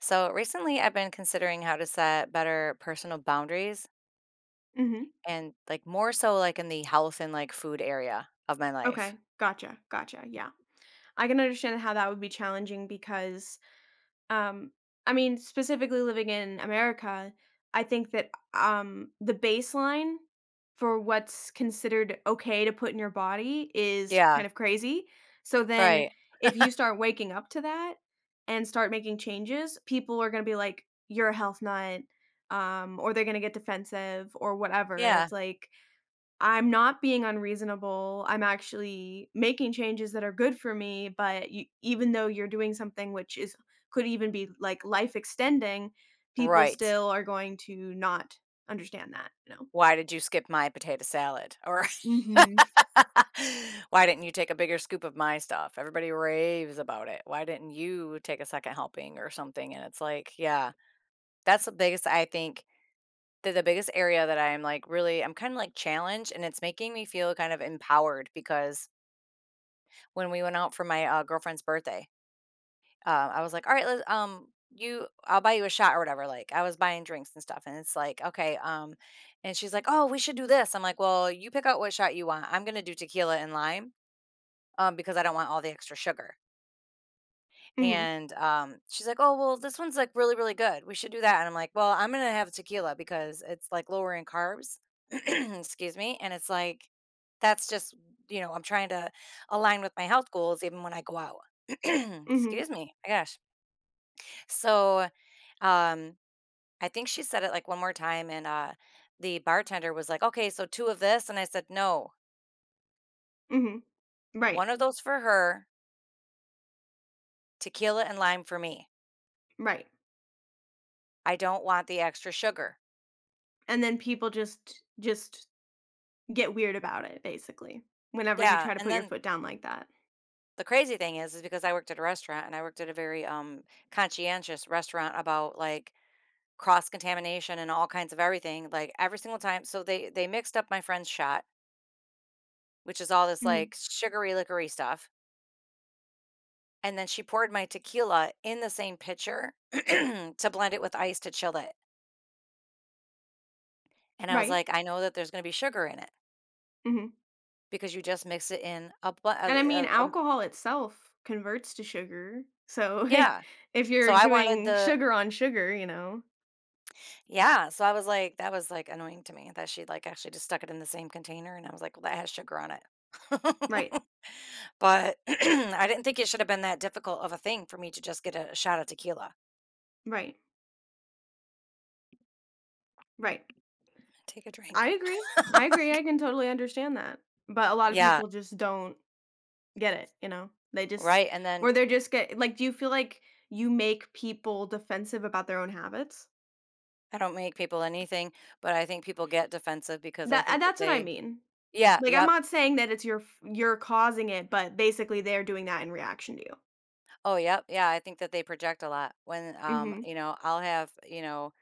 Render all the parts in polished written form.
So recently, I've been considering how to set better personal boundaries Mhm. and like more so like in the health and like food area of my life. Okay. Gotcha, gotcha, yeah. I can understand how that would be challenging because Um, I mean, specifically living in America, I think that, the baseline for what's considered okay to put in your body is Yeah, kind of crazy. So then right. if you start waking up to that and start making changes, people are gonna be like, "You're a health nut," or they're gonna get defensive or whatever, and Yeah, it's like I'm not being unreasonable. I'm actually making changes that are good for me, but you, even though you're doing something which is could even be like life extending, people right. still are going to not understand that. Why did you skip my potato salad? Or Mhm. why didn't you take a bigger scoop of my stuff? Everybody raves about it. Why didn't you take a second helping or something? And it's like, yeah, that's the biggest, I think, the biggest area that I'm like really, I'm kind of like challenged, and it's making me feel kind of empowered because when we went out for my, girlfriend's birthday. I was like, "All right, let's, you I'll buy you a shot or whatever." Like, I was buying drinks and stuff, and it's like, "Okay," and she's like, "Oh, we should do this." I'm like, "Well, you pick out what shot you want. I'm gonna do tequila and lime, because I don't want all the extra sugar." mm And she's like, "Oh well, this one's like really, really good. We should do that." And I'm like, "Well, I'm gonna have tequila because it's like lower in carbs." Excuse me. And it's like, that's just you know, I'm trying to align with my health goals even when I go out. Mhm. Mhm. Excuse me. My gosh. So um, I think she said it like one more time, and the bartender was like, "Okay, so two of this," and I said, "No, Mhm. Right. one of those for her, tequila and lime for me. Right. I don't want the extra sugar." And then people just get weird about it basically whenever you Yeah, try to and put your then foot down like that. the crazy thing is because I worked at a restaurant, and I worked at a very, conscientious restaurant about, like, cross-contamination and all kinds of everything, like, every single time, so they mixed up my friend's shot, which is all this, Mhm. like, sugary liquor-y stuff, and then she poured my tequila in the same pitcher to blend it with ice to chill it, and I was Right. like, "I know that there's gonna be sugar in it Mhm. because you just mix it in a bl" And I mean, alcohol itself converts to sugar. So Yeah. if So you're I wanted doing the sugar on sugar. yeah, so I was like that was, like, annoying to me that she, like, actually just stuck it in the same container, and I was like, "Well, that has sugar on it." Right. But I didn't think it should have been that difficult of a thing for me to just get a shot of tequila. Right. Right. Take a I drink. agree. I agree. I can totally understand that. But a lot of Yeah, people just don't get it. They just right, and then or they're just get like do you feel like you make people defensive about their own habits? I don't make people anything, but I think people get defensive because I That think that that's what I they mean. yeah, Like I'm yep. not saying that it's your you're causing it, but basically they're doing that in reaction to you. Oh, yep, yeah, I think that they project a lot when, Mhm. you know,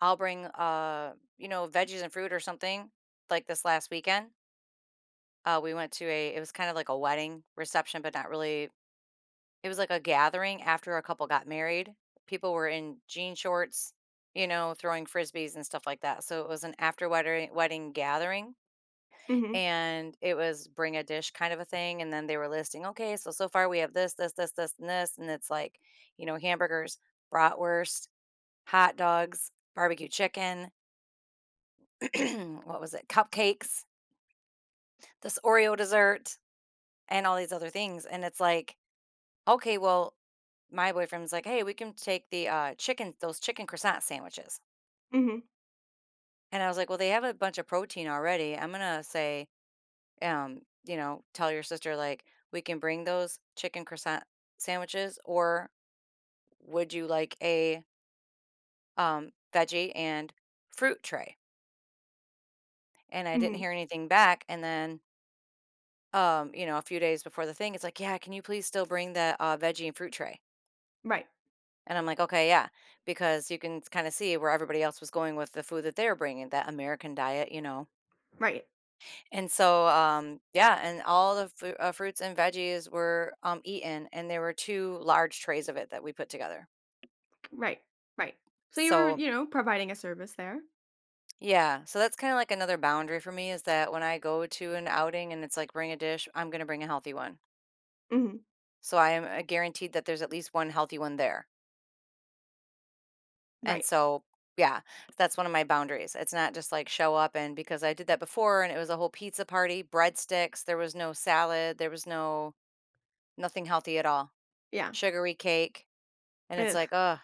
I'll bring, you know, veggies and fruit or something, like, this last weekend. We went to a it was kind of like a wedding reception, but not really it was like a gathering after a couple got married. People were in jean shorts, you know, throwing frisbees and stuff like that. So it was an after wedding wedding gathering, Mhm. and it was bring a dish kind of a thing, and then they were listing, okay, so so far we have this, this, this, this, and this, and it's like, you know, hamburgers, bratwurst, hot dogs, barbecue chicken, what was it? Cupcakes, this Oreo dessert, and all these other things, and it's like okay, well, my boyfriend's like, "Hey, we can take the, chicken those chicken croissant sandwiches." Mhm. And I was like, "Well, they have a bunch of protein already." I'm gonna say, you know, tell your sister, like, "We can bring those chicken croissant sandwiches, or would you like a, veggie and fruit tray?" And I didn't Mhm. hear anything back, and then, you know, a few days before the thing, it's like, "Yeah, can you please still bring the, veggie and fruit tray?" Right. And I'm like, "Okay, yeah," because you can kind of see where everybody else was going with the food that they were bringing, that American diet, you know? Right. And so, yeah, and all the fu fruits and veggies were, eaten, and there were 2 large trays of it that we put together. Right, right. So you were, So you know, providing a service there. yeah, so that's kinda like another boundary for me is that when I go to an outing and it's like, "Bring a dish," I'm gonna bring a healthy one. Mhm. So I am, guaranteed that there's at least one healthy one there. And Right. so, yeah, that's one of my boundaries. It's not just like show up, and because I did that before and it was a whole pizza party, breadsticks, there was no salad, there was no nothing healthy at all, Yeah. sugary cake. And it's Ugh. like, oh,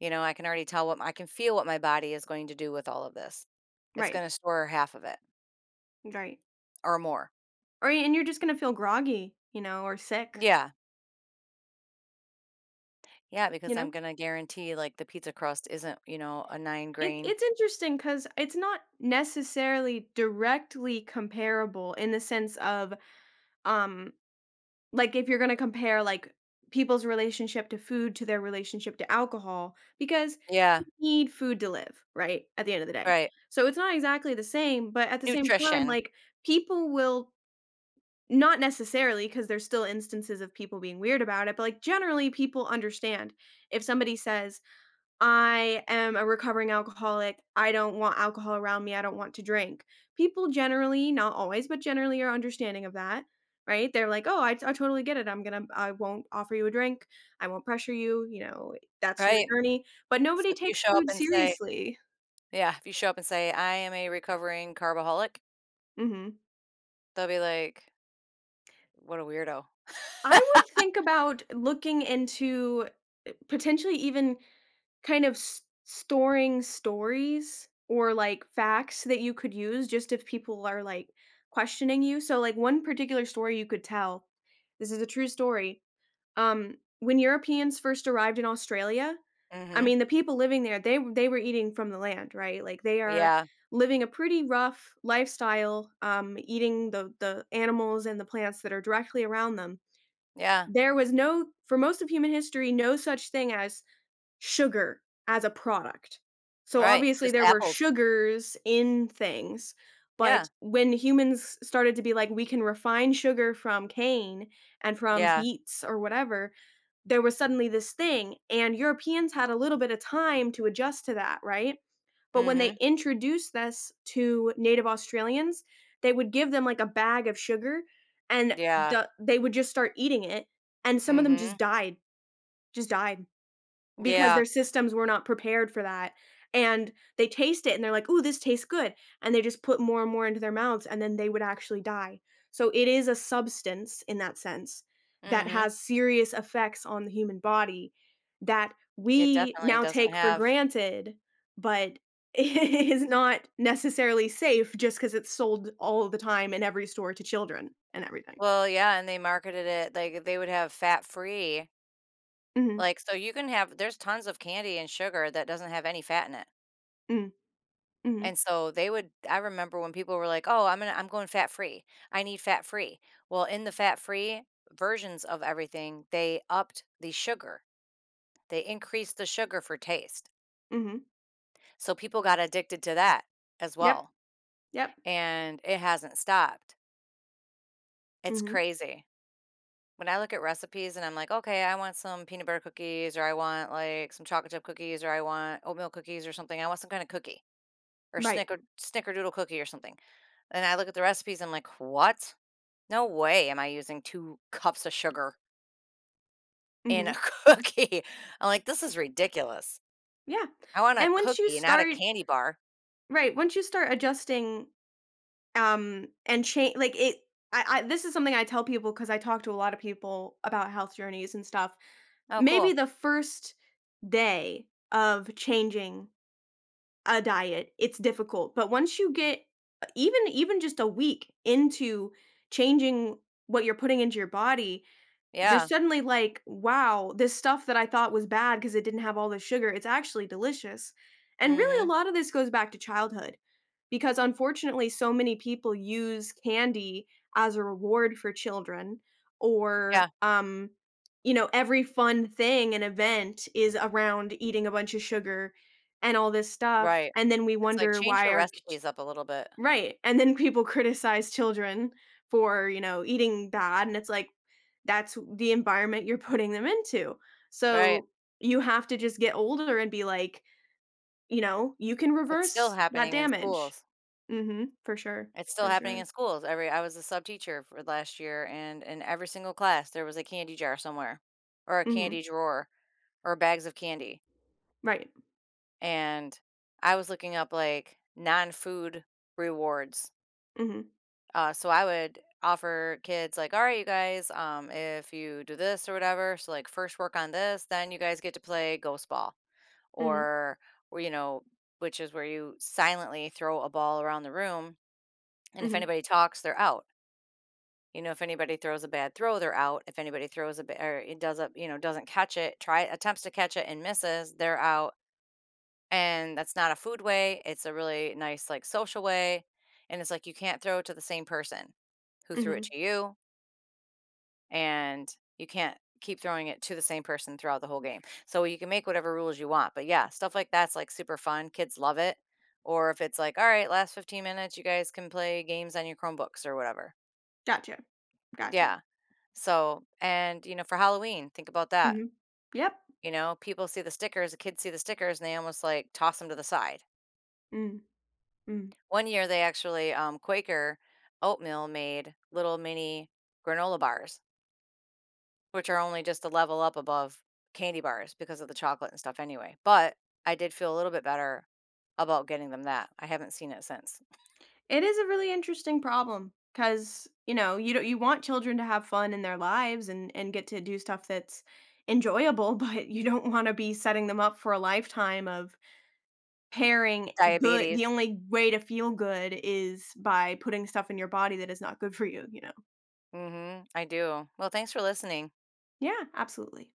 you know, I can already tell what I can feel what my body is going to do with all of this. It's Right. going to store half of it Right. or more. Or and you're just gonna feel groggy, you know, or sick. Yeah. Yeah. You Because I'm know, going to guarantee like the pizza crust isn't, you know, a nine it grain. it's interesting because it's not necessarily directly comparable in the sense of, um, like if you're gonna compare like people's relationship to food to their relationship to alcohol, because Yeah. you need food to live, right? At the end of the day. Right. So it's not exactly the same, but at the same time, Nutrition. like people will Not necessarily, because there's still instances of people being weird about it, but, like, generally, people understand. If somebody says, "I am a recovering alcoholic. I don't want alcohol around me. I don't want to drink." People generally, not always, but generally are understanding of that, right? They're like, "Oh, I totally get it. I'm gonna I won't offer you a drink. I won't pressure you, that's your Right. journey." But So nobody if you takes show up food and say, seriously. yeah, if you show up and say, "I am a recovering carboholic," Mhm. they'll be like, "What a weirdo." I would think about looking into, potentially even kind of s storing stories or, like, facts that you could use just if people are, like, questioning you. So, like, one particular story you could tell, this is a true story, when Europeans first arrived in Australia, I Mhm. mean, the people living there, they were eating from the land, right? Like, they are Yeah. living a pretty rough lifestyle, eating the animals and the plants that are directly around them. Yeah. There was no for most of human history, no such thing as sugar as a product. So Right. obviously Just there were apples. sugars in things, Yeah. but when humans started to be like, "We can refine sugar from cane and from Yeah. beets or whatever," there was suddenly this thing, and Europeans had a little bit of time to adjust to that, right? But when they Mhm. introduced this to native Australians, they would give them, like, a bag of sugar, and Yeah. They would just start eating it, and some of them Mhm. just died, just died. Because Yeah. their systems were not prepared for that, and they taste it and they're like, "Ooh, this tastes good," and they just put more and more into their mouths, and then they would actually die. So it is a substance in that sense that Mhm. has serious effects on the human body that It we definitely now doesn't take for have granted, but is not necessarily safe just because it's sold all the time in every store to children and everything. well, yeah, and they marketed it like they would have fat free. Mhm. Like, so you can have there's tons of candy and sugar that doesn't have any fat in it. Mm. Mhm. And so they would I remember when people were like, "Oh, I'm going fat free. I need fat free." Well, in the fat free versions of everything, they upped the sugar. They increased the sugar for taste. Mhm. So people got addicted to that as Yep. well, Yep. and it hasn't stopped. It's Mhm. crazy. When I look at recipes and I'm like, "Okay, I want some peanut butter cookies, or I want, like, some chocolate chip cookies, or I want oatmeal cookies or something. I want some kinda cookie or Right. Snickerdoodle cookie or something." And I look at the recipes, I'm like, "What?" No way am I using 2 cups of sugar in a Mhm. cookie. I'm like, "This is ridiculous. Yeah, I want a and once you cookie, not a start candy bar." right, once you start adjusting, and change like, it I this is something I tell people because I talk to a lot of people about health journeys and stuff. Oh, Maybe cool. the first day of changing a diet, it's difficult, but once you get even just a week into changing what you're putting into your body, you're Yeah. suddenly like, "Wow, this stuff that I thought was bad because it didn't have all the sugar, it's actually delicious." And really Mhm. a lot of this goes back to childhood because unfortunately so many people use candy as a reward for children Yeah. or, you know, every fun thing and event is around eating a bunch of sugar and all this stuff, Right. and then we It's like, wonder change your why our recipes up a little bit. right, and then people criticize children for, you know, eating bad, and it's like, that's the environment you're putting them into. Right. So, you have to just get older and be like, you know, you can It's still reverse that happening in damage. schools. Mhm, for sure, It's still for happening in sure. schools. Every I was a sub teacher for last year, and in every single class, there was a candy jar somewhere or a Mhm, candy drawer or bags of candy, right. and I was looking up, like, non-food rewards. Mhm, So I would offer kids like, all right, you guys, if you do this or whatever, so like first work on this, then you guys get to play ghost ball mhm, or, or you know, which is where you silently throw a ball around the room. And if mhm, anybody talks, they're out. You know, if anybody throws a bad throw, they're out. If anybody throws a or it does a you know doesn't catch it, try attempts to catch it and misses, they're out. And that's not a food way. It's a really nice like social way. And it's like you can't throw it to the same person who threw it mhm. to you, and you can't keep throwing it to the same person throughout the whole game. So you can make whatever rules you want. But yeah, stuff like that's like super fun. Kids love it. Or if it's like, all right, last 15 minutes, you guys can play games on your Chromebooks or whatever. Gotcha, gotcha. Yeah. So, and you know, for Halloween, think about that. Mhm. Yep. You know, people see the stickers, the kids see the stickers, and they almost like toss them to the side. Mm, mm. One year, they actually, Quaker oatmeal made little mini granola bars which are only just a level up above candy bars because of the chocolate and stuff anyway, but I did feel a little bit better about getting them that. I haven't seen it since. It is a really interesting problem because you know, you don't you want children to have fun in their lives and get to do stuff that's enjoyable, but you don't wanna be setting them up for a lifetime of pairing good Diabetes. the only way to feel good is by putting stuff in your body that is not good for you, you know? Mhm, I do. Well, thanks for listening. Yeah, absolutely.